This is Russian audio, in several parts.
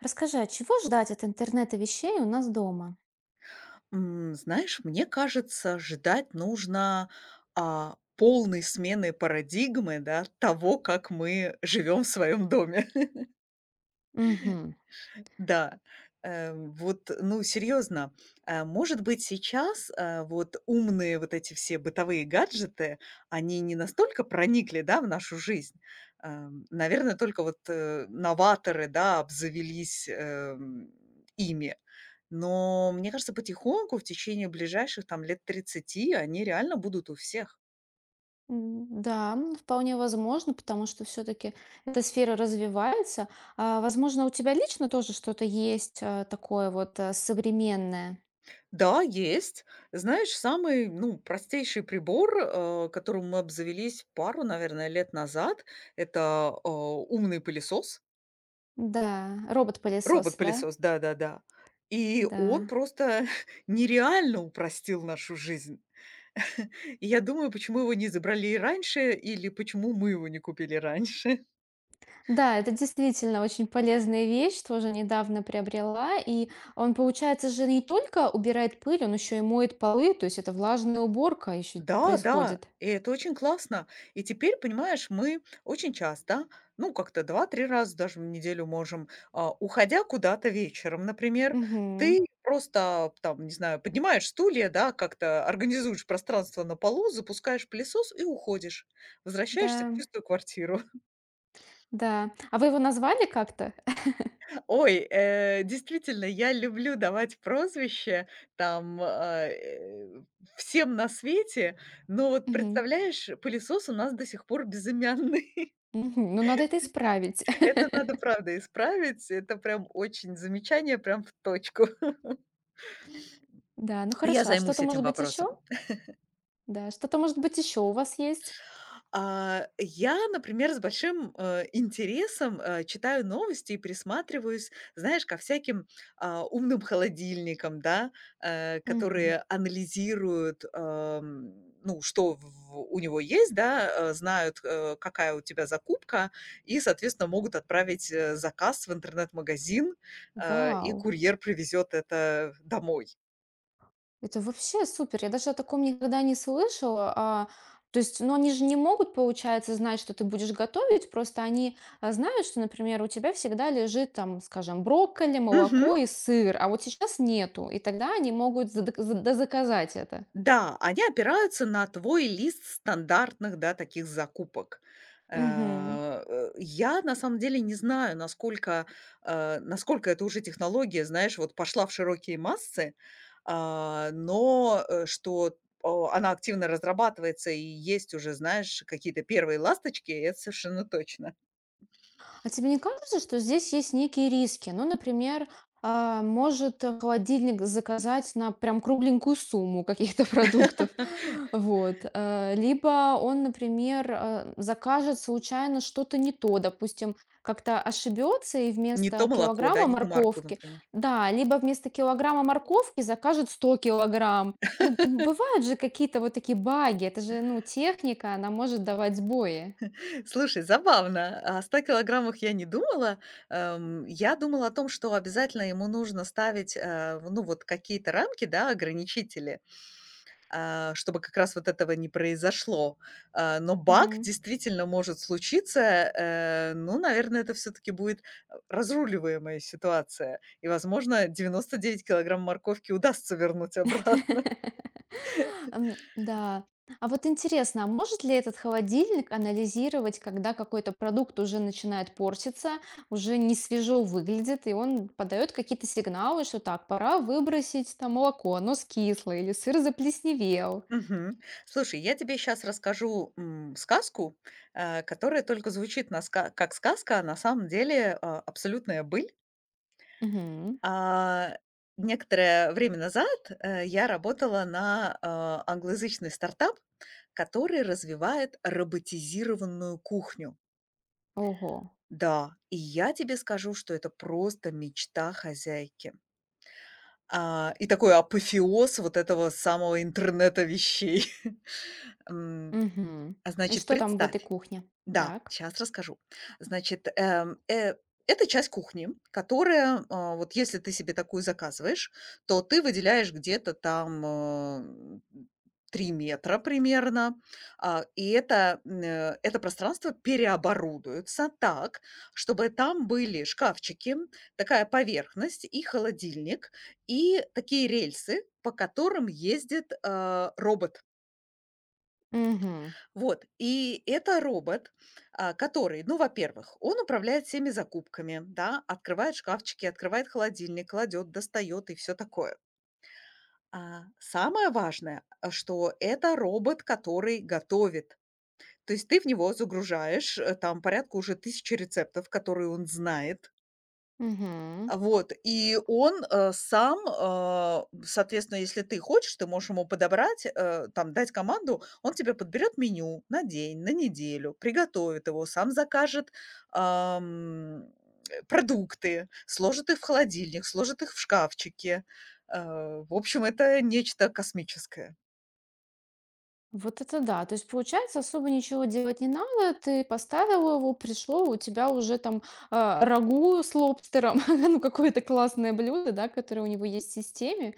Расскажи, а чего ждать от интернета вещей у нас дома? Знаешь, мне кажется, ждать нужно, полной смены парадигмы, да, того, как мы живем в своем доме. Мгм. Да, вот, ну, серьезно, может быть, сейчас, вот умные вот эти все бытовые гаджеты, они не настолько проникли, да, в нашу жизнь. Наверное, только вот, новаторы, да, обзавелись, ими. Но мне кажется, потихоньку, в течение ближайших там лет тридцати они реально будут у всех. М, да, вполне возможно, потому что все-таки эта сфера развивается. А, возможно, у тебя лично тоже что-то есть такое вот современное. Да, есть. Знаешь, самый, ну, простейший прибор, которым мы обзавелись пару, наверное, лет назад, это, умный пылесос, Да, робот-пылесос, да? робот-пылесос, да-да-да. И он Да. просто нереально упростил нашу жизнь. И я думаю, почему его не изобрели раньше или почему мы его не купили раньше. Да, это действительно очень полезная вещь, тоже недавно приобрела. И он, получается, же не только убирает пыль, он еще и моет полы, то есть это влажная уборка еще Да, да, происходит. и это очень классно. И теперь, понимаешь, мы очень часто, ну, как-то два-три раза даже в неделю можем, уходя куда-то вечером, например, Угу. ты просто там, не знаю, поднимаешь стулья, да, как-то организуешь пространство на полу, запускаешь пылесос и уходишь. Возвращаешься в Да. чистую квартиру. Да. А вы его назвали как-то? Ой, действительно, я люблю давать прозвище там, всем на свете, но вот Мгм. представляешь, пылесос у нас до сих пор безымянный. Мгм. Ну, надо это исправить. Это надо, правда, исправить. Это прям очень замечание, прям в точку. Да, ну Я хорошо. А что-то, займусь этим может быть, вопросом. еще? Да, что-то, может быть, еще у вас есть? Я, например, с большим, интересом, читаю новости и присматриваюсь, знаешь, ко всяким, умным холодильникам, да, Мгм. которые анализируют, ну, что в у него есть, да, знают, какая у тебя закупка, и, соответственно, могут отправить, заказ в интернет-магазин, и Вау! курьер привезет это домой. Это вообще супер. Я даже о таком никогда не слышала. А, то есть, ну, они же не могут, получается, знать, что ты будешь готовить, просто они, знают, что, например, у тебя всегда лежит там, скажем, брокколи, Мгм. молоко и сыр, а вот сейчас нету, и тогда они могут задак за дозаказать это. Да, они опираются на твой лист стандартных, да, таких закупок. Мгм. Я на самом деле не знаю, насколько это уже технология, знаешь, вот пошла в широкие массы, но, что, она активно разрабатывается и есть уже, знаешь, какие-то первые ласточки, это совершенно точно. А тебе не кажется, что здесь есть некие риски? Ну, например, может холодильник заказать на прям кругленькую сумму каких-то продуктов. Вот. Либо он, например, закажет случайно что-то не то, допустим, как-то ошибется и Не то вместо молоко, да, килограмма не ту марку, морковки, например. да, либо вместо килограмма морковки закажет 100 килограмм. Ну, бывают же какие-то вот такие баги, это же, ну, техника, она может давать сбои. Слушай, забавно. О 100 килограммах я не думала. Я думала о том, что обязательно ему нужно ставить, в вот какие-то рамки, да, ограничители, чтобы как раз вот этого не произошло. Но баг действительно может случиться. Ну, наверное, это все таки будет, разруливаемая ситуация. И, возможно, 99 килограмм морковки удастся вернуть обратно. М, да. А вот интересно, а может ли этот холодильник анализировать, когда какой-то продукт уже начинает портиться, уже не свежо выглядит, и он подает какие-то сигналы, что так, пора выбросить там молоко, оно скисло, или сыр заплесневел. Мгм. Слушай, я тебе сейчас расскажу, сказку, которая только звучит на ска как сказка, а на самом деле, абсолютная быль. Мгм. А, некоторое время назад, я работала на, англоязычный стартап, который развивает роботизированную кухню. Ого. Да, и я тебе скажу, что это просто мечта хозяйки. И такой апофеоз вот этого самого интернета вещей. М, Мгм. а, И значит, что там в представь. этой кухне? Да, Так. сейчас расскажу. Значит, это часть кухни, которая, вот если ты себе такую заказываешь, то ты выделяешь где-то там, 3 метра примерно, и это пространство переоборудуется так, чтобы там были шкафчики, такая поверхность и холодильник, и такие рельсы, по которым ездит, робот. Вот, и это робот, который, ну, во-первых, он управляет всеми закупками, да, открывает шкафчики, открывает холодильник, кладет, достает и все такое. А самое важное, что это робот, который готовит. То есть ты в него загружаешь там порядка уже тысячи рецептов, которые он знает, Угу. Вот, и он, сам, соответственно, если ты хочешь, ты можешь ему подобрать, там, дать команду, он тебе подберет меню на день, на неделю, приготовит его, сам закажет, ам, продукты, сложит их в холодильник, сложит их в шкафчике. В общем, это нечто космическое. Вот это да. То есть, получается, особо ничего делать не надо. Ты поставила его, пришло, у тебя уже там рагу с лобстером, ну, какое-то классное блюдо, да, которое у него есть в системе.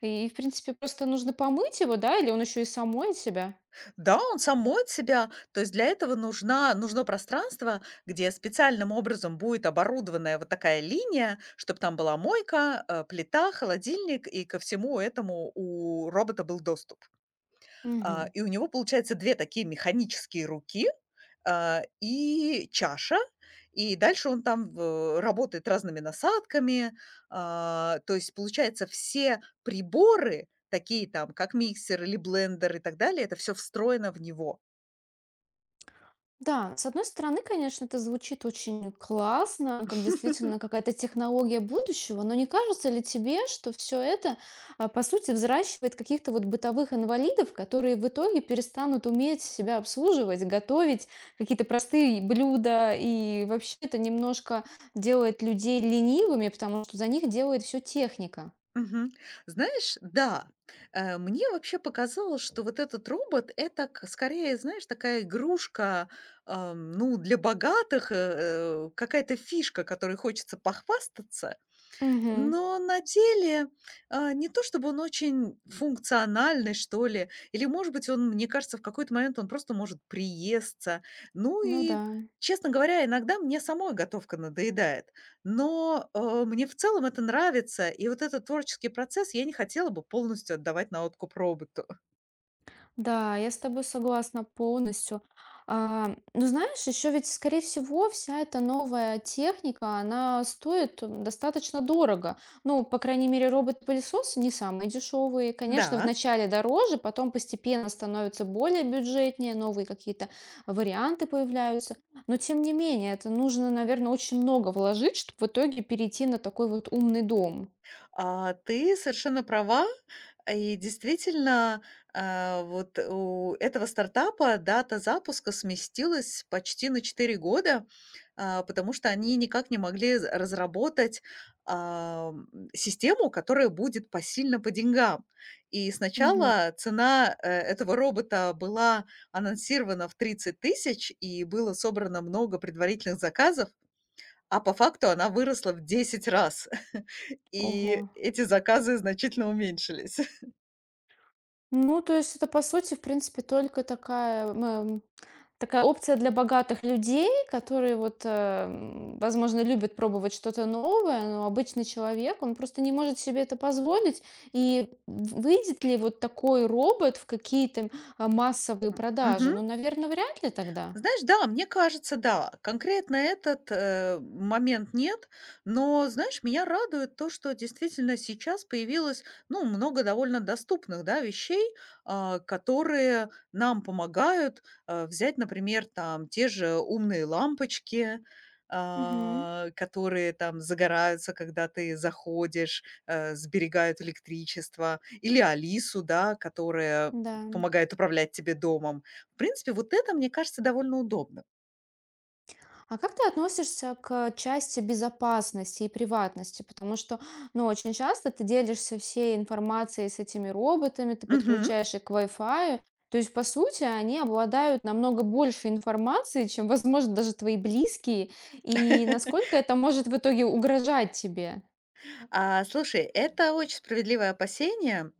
И, в принципе, просто нужно помыть его, да, или он еще и сам моет себя. Да, он сам моет себя. То есть для этого нужна нужно пространство, где специальным образом будет оборудованная вот такая линия, чтобы там была мойка, плита, холодильник, и ко всему этому у робота был доступ. И у него, получается, 2 такие механические руки, и чаша. И дальше он там в работает разными насадками. То есть, получается, все приборы, такие там, как миксер или блендер и так далее, это все встроено в него. Да, с одной стороны, конечно, это звучит очень классно, как действительно какая-то технология будущего, но не кажется ли тебе, что все это, по сути, взращивает каких-то вот бытовых инвалидов, которые в итоге перестанут уметь себя обслуживать, готовить какие-то простые блюда, и вообще это немножко делает людей ленивыми, потому что за них делает все техника. Мгм. Знаешь, да, мне вообще показалось, что вот этот робот- это к скорее, знаешь, такая игрушка, ну, для богатых, какая-то фишка, которой хочется похвастаться. Угу. Но на деле, не то чтобы он очень функциональный, что ли, или, может быть, он, мне кажется, в какой-то момент он просто может приесться. Ну Ну и, да, честно говоря, иногда мне самой готовка надоедает. Но, мне в целом это нравится, и вот этот творческий процесс я не хотела бы полностью отдавать на откуп роботу. да, я с тобой согласна полностью. А, ну, знаешь, еще ведь, скорее всего, вся эта новая техника, она стоит достаточно дорого. Ну, по крайней мере, робот-пылесосы не самые дешевые. Конечно, Да. вначале дороже, потом постепенно становятся более бюджетнее, новые какие-то варианты появляются. Но, тем не менее, это нужно, наверное, очень много вложить, чтобы в итоге перейти на такой вот умный дом. Ты совершенно права. И действительно, вот у этого стартапа дата запуска сместилась почти на 4 года, потому что они никак не могли разработать систему, которая будет посильна по деньгам. И Мгм. сначала цена этого робота была анонсирована в 30 тысяч, и было собрано много предварительных заказов, а по факту она выросла в 10 раз. Ого. И эти заказы значительно уменьшились. Ну, то есть это, по сути, в принципе, только такая опция для богатых людей, которые вот, возможно, любят пробовать что-то новое, но обычный человек, он просто не может себе это позволить. И выйдет ли вот такой робот в какие-то массовые продажи? Мгм. Ну, наверное, вряд ли тогда. Знаешь, да, мне кажется, да, конкретно этот, момент нет, но, знаешь, меня радует то, что действительно сейчас появилось, ну, много довольно доступных, да, вещей, которые нам помогают, взять, например, там те же умные лампочки, Мгм. Которые там загораются, когда ты заходишь, сберегают электричество, или Алису, да, которая Да. помогает управлять тебе домом. В принципе, вот это, мне кажется, довольно удобно. А как ты относишься к части безопасности и приватности? Потому что, ну, очень часто ты делишься всей информацией с этими роботами, ты Мгм. подключаешь их к Wi-Fi. То есть, по сути, они обладают намного больше информации, чем, возможно, даже твои близкие. И насколько это может в итоге угрожать тебе? Слушай, это очень справедливое опасение.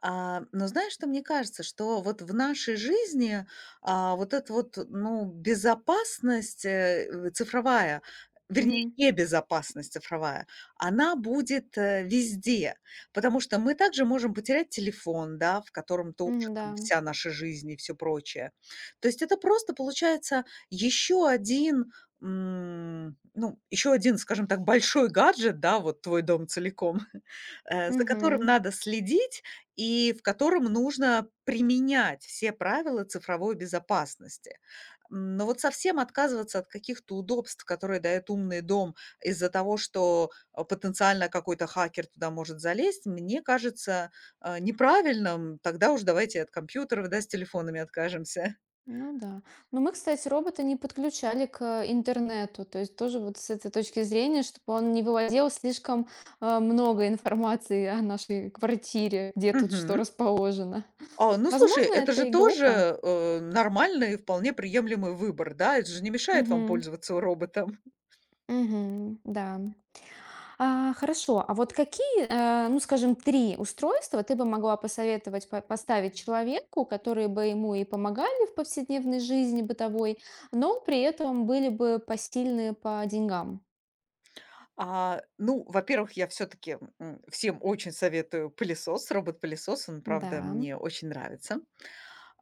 Но знаешь, что мне кажется, что вот в нашей жизни, вот эта вот, ну, безопасность, цифровая, вернее, Мгм. небезопасность цифровая, она будет, везде. Потому что мы также можем потерять телефон, да, в котором тоже Мгм, да. там вся наша жизнь и все прочее. То есть это просто получается еще один, еще один, скажем так, большой гаджет, да, вот твой дом целиком, за которым Мгм. надо следить и в котором нужно применять все правила цифровой безопасности. Но вот совсем отказываться от каких-то удобств, которые дает умный дом, из-за того, что, потенциально какой-то хакер туда может залезть, мне кажется, неправильным. Тогда уж давайте от компьютеров, да, с телефонами откажемся. Ну да. Но мы, кстати, робота не подключали к интернету. То есть тоже вот с этой точки зрения, чтобы он не выводил слишком много информации о нашей квартире, где тут что Мгм. расположено. Ну, слушай, Возможно, это это же и тоже, глупо. Нормальный и вполне приемлемый выбор, да? Это же не мешает вам Мгм. пользоваться роботом. Мгм. Да. А, хорошо. А вот какие, э, ну, скажем, три устройства ты бы могла посоветовать поставить человеку, которые бы ему и помогали в повседневной жизни бытовой, но при этом были бы посильные по деньгам? Ну, во-первых, я все таки всем очень советую пылесос, робот-пылесос. Он, Да. правда, мне очень нравится.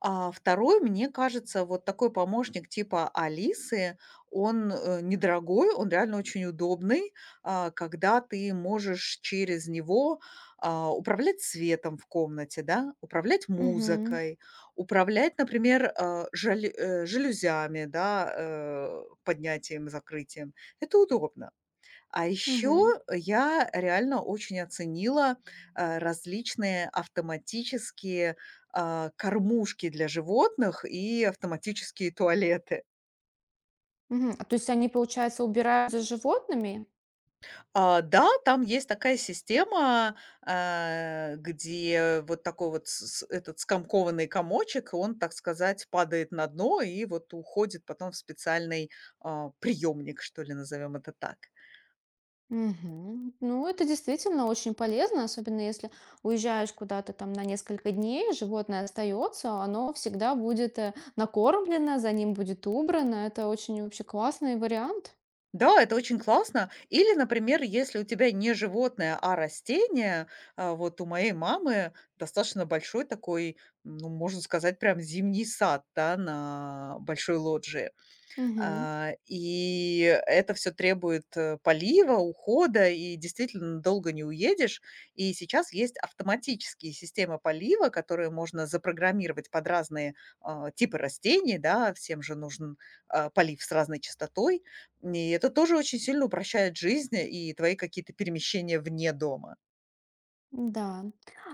А второй, мне кажется, вот такой помощник типа Алисы, он, недорогой, он реально очень удобный, когда ты можешь через него, управлять светом в комнате, да, управлять Мгм. музыкой, управлять, например, жалюзями, да, поднятием, закрытием. Это удобно. А еще Мгм. я реально очень оценила, различные автоматические, кормушки для животных и автоматические туалеты. Мгм. А то есть они, получается, убирают за животными? Да, там есть такая система, где вот такой вот с этот скомкованный комочек, он, так сказать, падает на дно и вот уходит потом в специальный, приемник, что ли, назовем это так. Мгм. Ну, это действительно очень полезно, особенно если уезжаешь куда-то там на несколько дней, животное остается, оно всегда будет накормлено, за ним будет убрано. Это очень вообще классный вариант. Да, это очень классно. Или, например, если у тебя не животное, а растение, вот у моей мамы достаточно большой такой, ну, можно сказать, прям зимний сад, да, на большой лоджии. Мгм. И это все требует, полива, ухода, и действительно долго не уедешь. И сейчас есть автоматические системы полива, которые можно запрограммировать под разные, типы растений, да. Всем же нужен, полив с разной частотой. И это тоже очень сильно упрощает жизнь и твои какие-то перемещения вне дома. Да.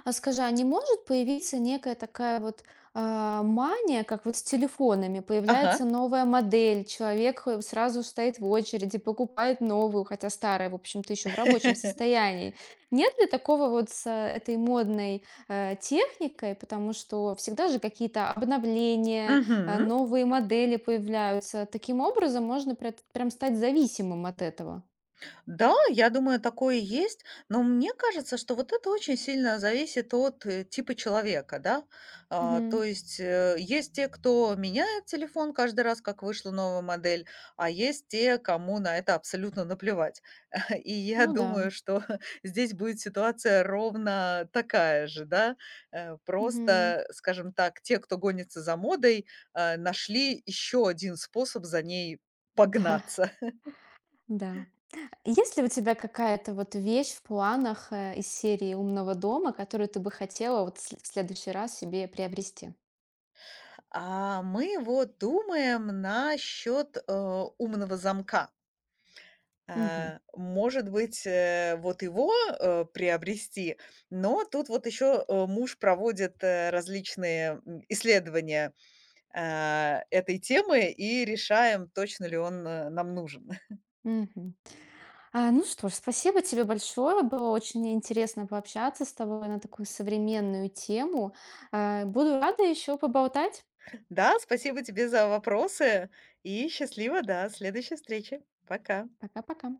А скажи, а не может появиться некая такая вот мания, как вот с телефонами? Появляется Ага. новая модель, человек сразу стоит в очереди, покупает новую, хотя старая, в общем-то, еще в рабочем состоянии. Нет ли такого вот с этой модной техникой? Потому что всегда же какие-то обновления, Мгм. новые модели появляются. Таким образом можно прям стать зависимым от этого. Да, я думаю, такое есть, но мне кажется, что вот это очень сильно зависит от, типа человека, да. А, Мгм. то есть, есть те, кто меняет телефон каждый раз, как вышла новая модель, а есть те, кому на это абсолютно наплевать. И я Ну да. думаю, что здесь будет ситуация ровно такая же, да. Э, Мгм. просто, скажем так, те, кто гонится за модой, нашли еще один способ за ней Да, погнаться. да. Есть ли у тебя какая-то вот вещь в планах из серии «Умного дома», которую ты бы хотела вот в следующий раз себе приобрести? А мы вот думаем насчет, умного замка. Мгм. Может быть, вот его, приобрести, но тут вот еще, муж проводит, различные, исследования, этой темы и решаем, точно ли он, нам нужен. Мгм. А, ну что ж, спасибо тебе большое. Было очень интересно пообщаться с тобой на такую современную тему. Буду рада еще поболтать. Да, спасибо тебе за вопросы и счастливо до следующей встречи. Пока. Пока-пока.